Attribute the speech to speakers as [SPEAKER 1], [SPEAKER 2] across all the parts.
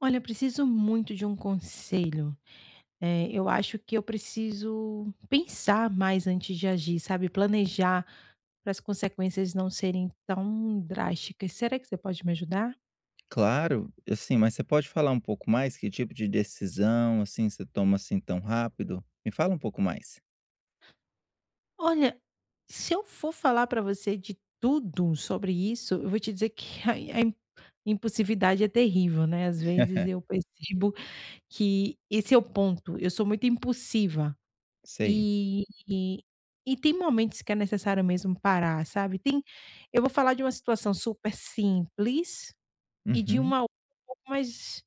[SPEAKER 1] Olha, eu preciso muito de um conselho. Eu acho que eu preciso pensar mais antes de agir, sabe, planejar para as consequências não serem tão drásticas. Será que você pode me ajudar?
[SPEAKER 2] Claro, assim, mas você pode falar um pouco mais? Que tipo de decisão, assim, você toma assim tão rápido? Me fala um pouco mais.
[SPEAKER 1] Olha, se eu for falar para você de tudo sobre isso, eu vou te dizer que a im impulsividade é terrível, né. Às vezes eu percebo que esse é o ponto, eu sou muito impulsiva.
[SPEAKER 2] Sei.
[SPEAKER 1] E e e tem momentos que é necessário mesmo parar, sabe. Tem Eu vou falar de uma situação super simples e de
[SPEAKER 2] Uhum.
[SPEAKER 1] uma outra um pouco mais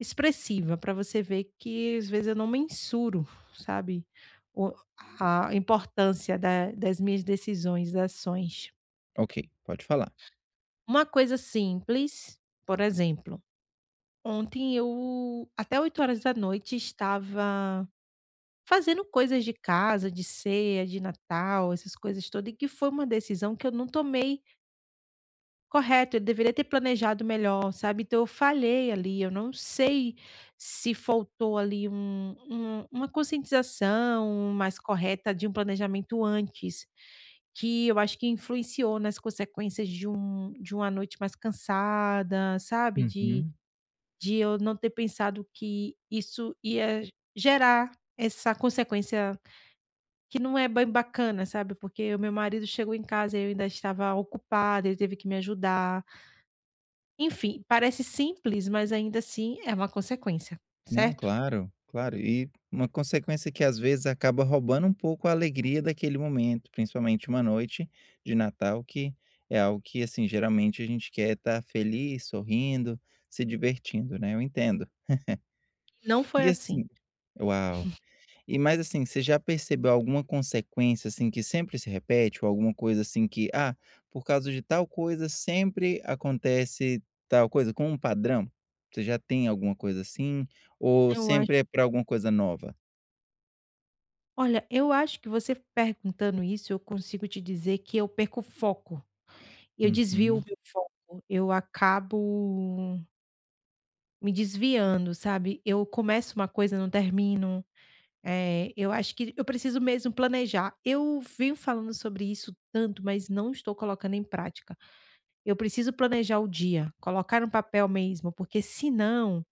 [SPEAKER 1] expressiva, para você ver que às vezes eu não mensuro, sabe, o a importância da das minhas decisões, das ações.
[SPEAKER 2] Ok, pode falar.
[SPEAKER 1] Uma coisa simples, por exemplo, ontem eu até 8 horas da noite estava fazendo coisas de casa, de ceia, de Natal, essas coisas todas, e que foi uma decisão que eu não tomei correto, eu deveria ter planejado melhor, sabe. Então eu falhei ali, eu não sei se faltou ali uma conscientização mais correta, de um planejamento antes, que eu acho que influenciou nas consequências de uma noite mais cansada, sabe, de
[SPEAKER 2] Uhum.
[SPEAKER 1] de eu não ter pensado que isso ia gerar essa consequência que não é bem bacana, sabe, porque o meu marido chegou em casa e eu ainda estava ocupada, ele teve que me ajudar. Enfim, parece simples, mas ainda assim é uma consequência,
[SPEAKER 2] Não,
[SPEAKER 1] certo?
[SPEAKER 2] claro, claro. E uma consequência que às vezes acaba roubando um pouco a alegria daquele momento, principalmente uma noite de Natal, que é algo que, assim, geralmente a gente quer estar feliz, sorrindo, se divertindo, né? Eu entendo.
[SPEAKER 1] Não foi
[SPEAKER 2] E
[SPEAKER 1] assim.
[SPEAKER 2] assim, uau. E mais assim, você já percebeu alguma consequência, assim, que sempre se repete? Ou alguma coisa assim que, ah, por causa de tal coisa sempre acontece tal coisa, com um padrão? Você já tem alguma coisa assim? Ou
[SPEAKER 1] Eu
[SPEAKER 2] sempre
[SPEAKER 1] acho
[SPEAKER 2] é pra alguma coisa nova?
[SPEAKER 1] olha, eu acho que, você perguntando isso, eu consigo te dizer que eu perco o foco, eu desvio o
[SPEAKER 2] Uhum,
[SPEAKER 1] meu foco, eu acabo me desviando, sabe. Eu começo uma coisa, não termino. É, eu acho que eu preciso mesmo planejar. Eu venho falando sobre isso tanto, mas não estou colocando em prática. Eu preciso planejar o dia, colocar no papel mesmo, porque senão,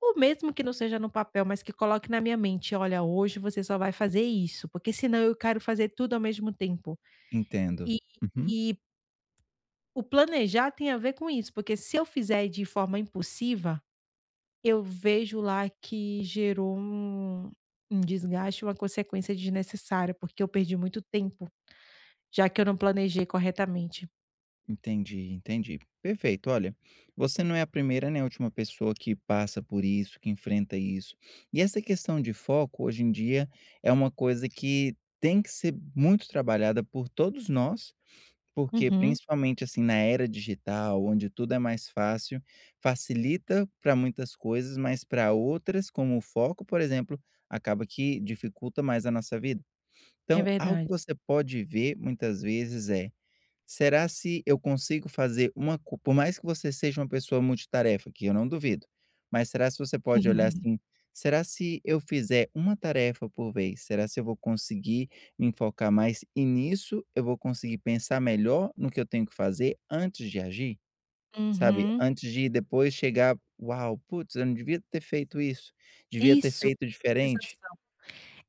[SPEAKER 1] ou mesmo que não seja no papel, mas que coloque na minha mente: olha, hoje você só vai fazer isso, porque senão eu quero fazer tudo ao mesmo tempo.
[SPEAKER 2] entendo.
[SPEAKER 1] E,
[SPEAKER 2] Uhum.
[SPEAKER 1] e o planejar tem a ver com isso, porque se eu fizer de forma impulsiva, eu vejo lá que gerou um desgaste, uma consequência desnecessária, porque eu perdi muito tempo, já que eu não planejei corretamente.
[SPEAKER 2] Entendi, entendi. Perfeito. Olha, você não é a primeira nem a última pessoa que passa por isso, que enfrenta isso. E essa questão de foco, hoje em dia, é uma coisa que tem que ser muito trabalhada por todos nós, porque
[SPEAKER 1] Uhum,
[SPEAKER 2] principalmente assim na era digital, onde tudo é mais fácil, facilita para muitas coisas, mas para outras, como o foco, por exemplo, acaba que dificulta mais a nossa vida.
[SPEAKER 1] é
[SPEAKER 2] Então, algo
[SPEAKER 1] verdade.
[SPEAKER 2] que você pode ver muitas vezes é será se eu consigo fazer uma co por mais que você seja uma pessoa multitarefa, que eu não duvido, mas será se você pode olhar assim: "Será se eu fizer uma tarefa por vez, será se eu vou conseguir me focar mais e nisso eu vou conseguir pensar melhor no que eu tenho que fazer antes de agir?", sabe,
[SPEAKER 1] Uhum.
[SPEAKER 2] antes de depois chegar: "Uau, putz, eu não devia ter feito isso, devia ter
[SPEAKER 1] Isso,
[SPEAKER 2] feito diferente".
[SPEAKER 1] sensação.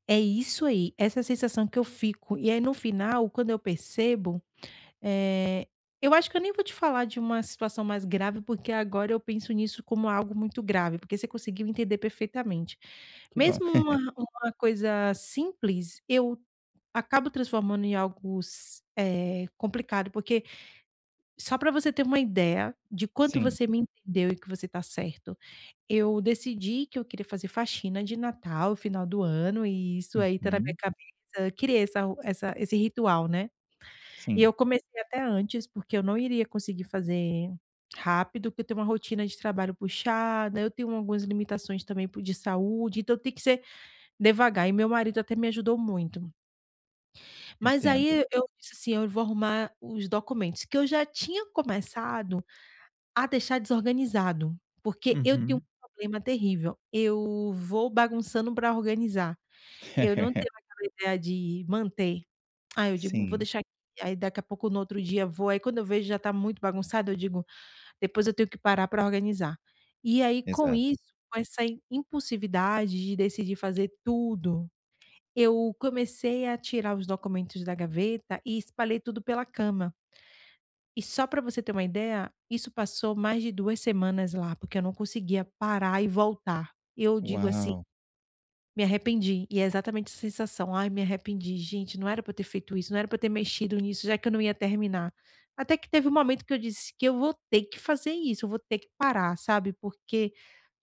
[SPEAKER 1] É isso aí, essa sensação que eu fico. E aí no final, quando eu percebo... Eh, eu acho que eu nem vou te falar de uma situação mais grave, porque agora eu penso nisso como algo muito grave, porque você conseguiu entender perfeitamente.
[SPEAKER 2] Que bom.
[SPEAKER 1] Mesmo uma coisa simples, eu acabo transformando em algo complicado, porque, só para você ter uma ideia de quanto
[SPEAKER 2] Sim.
[SPEAKER 1] você me entendeu e que você está certo, eu decidi que eu queria fazer faxina de Natal, final do ano, e isso aí tá na minha
[SPEAKER 2] Uhum.
[SPEAKER 1] cabeça. Eu queria essa essa esse ritual, né. E eu
[SPEAKER 2] Sim,
[SPEAKER 1] comecei até antes, porque eu não iria conseguir fazer rápido, porque eu tenho uma rotina de trabalho puxada, eu tenho algumas limitações também po de saúde, então tem que ser devagar, e meu marido até me ajudou muito. Mas
[SPEAKER 2] entendo.
[SPEAKER 1] aí eu disse assim: "Eu vou arrumar os documentos", que eu já tinha começado a deixar desorganizado, porque eu tenho um
[SPEAKER 2] Uhum.
[SPEAKER 1] problema terrível: eu vou bagunçando para organizar, eu não tenho aquela ideia de manter. Aí eu digo: "Vou
[SPEAKER 2] Sim.
[SPEAKER 1] deixar aqui", aí daqui a pouco, no outro dia, vou, aí quando eu vejo já está muito bagunçado, eu digo: "Depois eu tenho que parar para organizar". E aí com
[SPEAKER 2] Exato.
[SPEAKER 1] isso, com essa impulsividade de decidir fazer tudo, eu comecei a tirar os documentos da gaveta e espalhei tudo pela cama. E só para você ter uma ideia, isso passou mais de 2 semanas lá, porque eu não conseguia parar e voltar. Eu digo assim,
[SPEAKER 2] Uau!
[SPEAKER 1] me arrependi, e é exatamente essa sensação: "Ai, me arrependi, gente, não era pra eu ter feito isso, não era pra eu ter mexido nisso, já que eu não ia terminar". Até que teve um momento que eu disse que eu vou ter que fazer isso, eu vou ter que parar, sabe, porque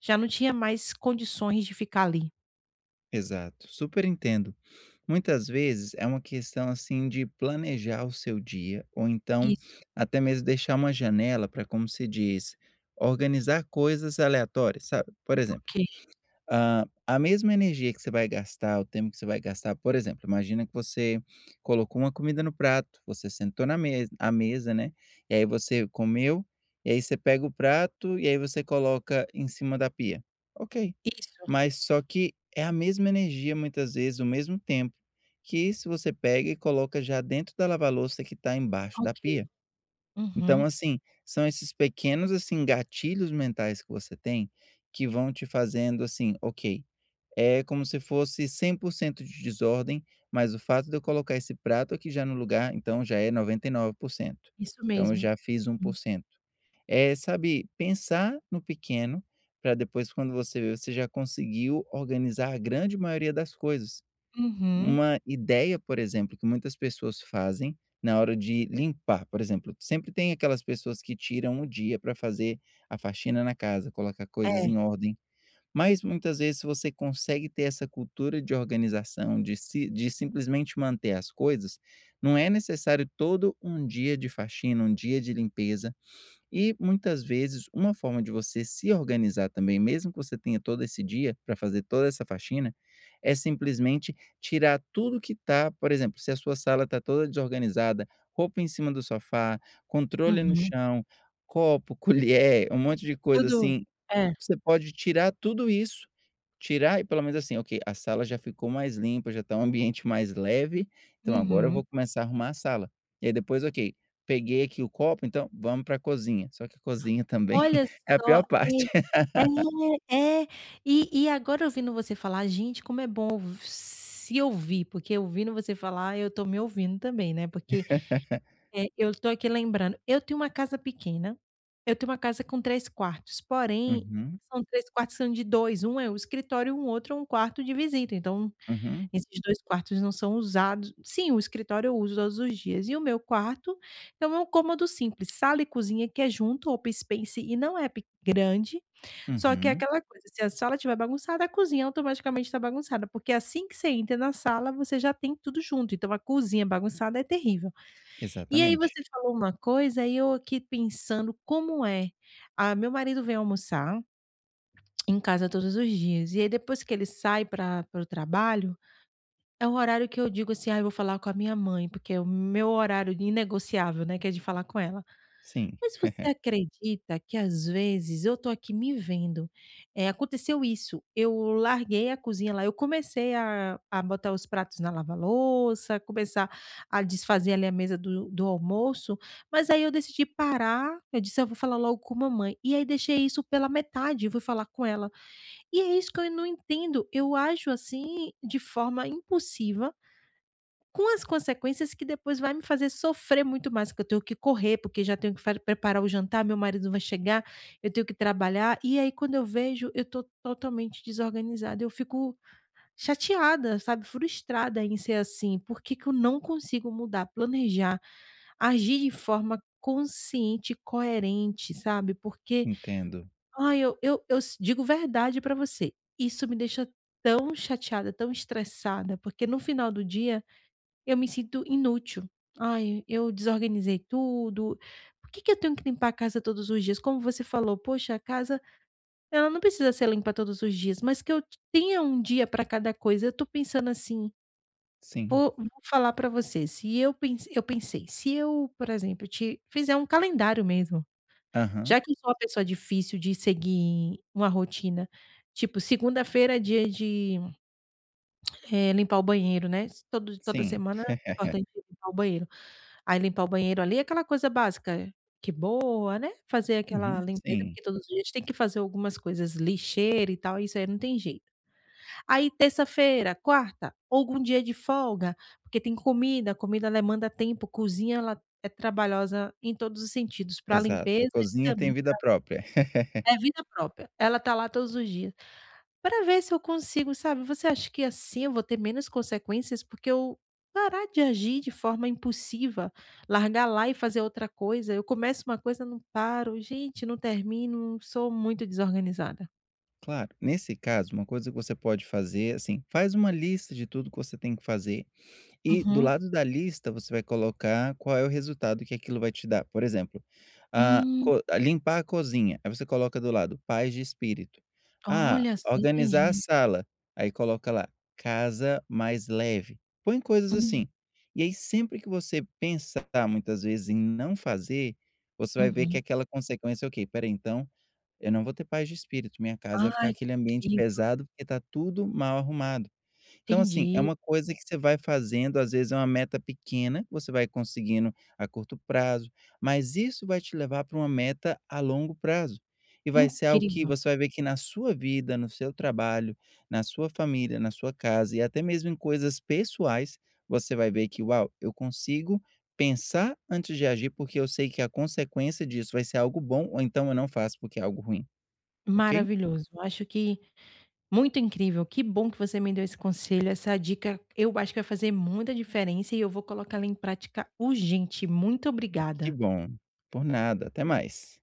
[SPEAKER 1] já não tinha mais condições de ficar ali.
[SPEAKER 2] Exato, super entendo. Muitas vezes é uma questão, assim, de planejar o seu dia ou então
[SPEAKER 1] Isso,
[SPEAKER 2] até mesmo deixar uma janela para, como se diz, organizar coisas aleatórias, sabe. Por exemplo,
[SPEAKER 1] ok.
[SPEAKER 2] ah, a mesma energia que você vai gastar, o tempo que você vai gastar, por exemplo, imagina que você colocou uma comida no prato, você sentou na mesa à mesa, né, e aí você comeu, e aí você pega o prato e aí você coloca em cima da pia. Ok,
[SPEAKER 1] Isso,
[SPEAKER 2] mas só que é a mesma energia muitas vezes, o mesmo tempo, que se você pega e coloca já dentro da lava-louça que está embaixo da
[SPEAKER 1] ok.
[SPEAKER 2] pia. Então,
[SPEAKER 1] Uhum,
[SPEAKER 2] assim, são esses pequenos, assim, gatilhos mentais que você tem, que vão te fazendo assim: "Ok, é como se fosse 100% de desordem, mas o fato de eu colocar esse prato aqui já no lugar, então já é 99%.
[SPEAKER 1] isso
[SPEAKER 2] Então eu
[SPEAKER 1] mesmo.
[SPEAKER 2] já fiz
[SPEAKER 1] Hum.
[SPEAKER 2] 1%. É, sabe, pensar no pequeno para depois quando você vê, você já conseguiu organizar a grande maioria das coisas.
[SPEAKER 1] Uhum.
[SPEAKER 2] Uma ideia, por exemplo, que muitas pessoas fazem na hora de limpar, por exemplo, sempre tem aquelas pessoas que tiram o dia para fazer a faxina na casa, colocar coisas
[SPEAKER 1] É.
[SPEAKER 2] em ordem, mas muitas vezes você consegue ter essa cultura de organização, de si de simplesmente manter as coisas, não é necessário todo um dia de faxina, um dia de limpeza, e muitas vezes uma forma de você se organizar também, mesmo que você tenha todo esse dia para fazer toda essa faxina, é simplesmente tirar tudo que está por exemplo, se a sua sala está toda desorganizada, roupa em cima do sofá, controle no
[SPEAKER 1] Uhum.
[SPEAKER 2] chão, copo, colher, um monte de coisa
[SPEAKER 1] Tudo
[SPEAKER 2] assim
[SPEAKER 1] é.
[SPEAKER 2] você pode tirar tudo isso, tirar e pelo menos assim: "Ok, a sala já ficou mais limpa, já está um ambiente mais leve, então agora eu
[SPEAKER 1] Uhum.
[SPEAKER 2] vou começar a arrumar a sala". E aí depois: "Ok, peguei aqui o copo, então vamos para a cozinha". Só que a cozinha também
[SPEAKER 1] Olha
[SPEAKER 2] é a
[SPEAKER 1] só,
[SPEAKER 2] pior parte.
[SPEAKER 1] e é, é. E agora, ouvindo você falar, gente, como é bom ouv se ouvir, porque ouvindo você falar, eu tô me ouvindo também, né, porque, eu tô aqui lembrando, eu tenho uma casa pequena, eu tenho uma casa com 3 quartos, porém,
[SPEAKER 2] Uhum,
[SPEAKER 1] são três quartos que são de dois: um é o escritório, um outro é um quarto de visita, então
[SPEAKER 2] uhum,
[SPEAKER 1] esses 2 quartos não são usados sim, o escritório eu uso todos os dias e o meu quarto. Então é um cômodo simples, sala e cozinha que é junto, open space, e não é pe grande, só que é
[SPEAKER 2] uhum.
[SPEAKER 1] aquela coisa, se a sala estiver bagunçada, a cozinha automaticamente está bagunçada, porque assim que você entra na sala, você já tem tudo junto, então a cozinha bagunçada é terrível. E aí
[SPEAKER 2] Exatamente.
[SPEAKER 1] você falou uma coisa e eu aqui pensando como é. Ah, meu marido vem almoçar em casa todos os dias, e aí depois que ele sai para o trabalho é um horário que eu digo assim: "Ah, eu vou falar com a minha mãe", porque é o meu horário inegociável, né, que é de falar com ela.
[SPEAKER 2] Sim.
[SPEAKER 1] Mas você acredita que às vezes eu tô aqui me vendo? Aconteceu isso: eu larguei a cozinha lá, eu comecei a botar os pratos na lava-louça, começar a desfazer ali a mesa do almoço, mas aí eu decidi parar, eu disse: "Ah, eu vou falar logo com mamãe", e aí deixei isso pela metade, fui falar com ela. E é isso que eu não entendo, eu ajo assim, de forma impulsiva, com as consequências que depois vai me fazer sofrer muito mais, que eu tenho que correr, porque já tenho que preparar o jantar, meu marido vai chegar, eu tenho que trabalhar, e aí quando eu vejo, eu tô totalmente desorganizada, eu fico chateada, sabe, frustrada em ser assim, porque que eu não consigo mudar, planejar, agir de forma consciente e coerente, sabe, porque,
[SPEAKER 2] Entendo.
[SPEAKER 1] ai, eu digo verdade pra você, isso me deixa tão chateada, tão estressada, porque no final do dia eu me sinto inútil. "Ai, eu desorganizei tudo. Por que que eu tenho que limpar a casa todos os dias?" Como você falou, poxa, a casa, ela não precisa ser limpa todos os dias, mas que eu t tenha um dia para cada coisa. Eu tô pensando assim,
[SPEAKER 2] Sim.
[SPEAKER 1] vou falar para você, se eu pens eu pensei, se eu, por exemplo, te fizer um calendário mesmo,
[SPEAKER 2] Aham.
[SPEAKER 1] já que sou uma pessoa difícil de seguir uma rotina, tipo, segunda-feira é dia de, limpar o banheiro, né, todo toda
[SPEAKER 2] Sim.
[SPEAKER 1] semana é importante limpar o banheiro. Aí limpar o banheiro ali é aquela coisa básica que boa, né, fazer aquela
[SPEAKER 2] Uhum.
[SPEAKER 1] limpeza,
[SPEAKER 2] Sim.
[SPEAKER 1] porque todos os dias tem que fazer algumas coisas, lixeira e tal, isso aí não tem jeito. Aí terça-feira, quarta, algum dia de folga, porque tem comida, comida ela demanda tempo, cozinha ela é trabalhosa em todos os sentidos, pra
[SPEAKER 2] Exato. A
[SPEAKER 1] limpeza, e
[SPEAKER 2] cozinha tem
[SPEAKER 1] também
[SPEAKER 2] vida própria.
[SPEAKER 1] é vida própria, ela tá lá todos os dias, para ver se eu consigo, sabe? Você acha que assim eu vou ter menos consequências? Porque eu parar de agir de forma impulsiva, largar lá e fazer outra coisa... Eu começo uma coisa, não paro, gente, não termino, sou muito desorganizada.
[SPEAKER 2] Claro, nesse caso, uma coisa que você pode fazer, assim, faz uma lista de tudo que você tem que fazer e do
[SPEAKER 1] Uhum.
[SPEAKER 2] lado da lista você vai colocar qual é o resultado que aquilo vai te dar. Por exemplo, ah,
[SPEAKER 1] Hum.
[SPEAKER 2] co- ah, limpar a cozinha, aí você coloca do lado paz de espírito. Ah,
[SPEAKER 1] Olha só,
[SPEAKER 2] organizar a
[SPEAKER 1] entendi.
[SPEAKER 2] sala, aí coloca lá casa mais leve. Põe coisas
[SPEAKER 1] Hum.
[SPEAKER 2] assim. E aí sempre que você pensar muitas vezes em não fazer, você vai ver que
[SPEAKER 1] Uhum.
[SPEAKER 2] aquela consequência, ok, peraí, então eu não vou ter paz de espírito, minha casa vai ficar
[SPEAKER 1] Ai, que
[SPEAKER 2] aquele ambiente
[SPEAKER 1] incrível,
[SPEAKER 2] pesado, porque está tudo mal arrumado. Então, assim, é
[SPEAKER 1] entendi.
[SPEAKER 2] uma coisa que você vai fazendo, às vezes é uma meta pequena, você vai conseguindo a curto prazo, mas isso vai te levar para uma meta a longo prazo. E vai ser algo que
[SPEAKER 1] Incrível,
[SPEAKER 2] você vai ver que na sua vida, no seu trabalho, na sua família, na sua casa e até mesmo em coisas pessoais, você vai ver que, uau, eu consigo pensar antes de agir, porque eu sei que a consequência disso vai ser algo bom, ou então eu não faço porque é algo ruim. Ok?
[SPEAKER 1] maravilhoso. Acho que Muito incrível, que bom que você me deu esse conselho, essa dica eu acho que vai fazer muita diferença e eu vou colocá-la em prática urgente. Muito
[SPEAKER 2] Ai, que
[SPEAKER 1] obrigada.
[SPEAKER 2] bom. Por nada. Até mais.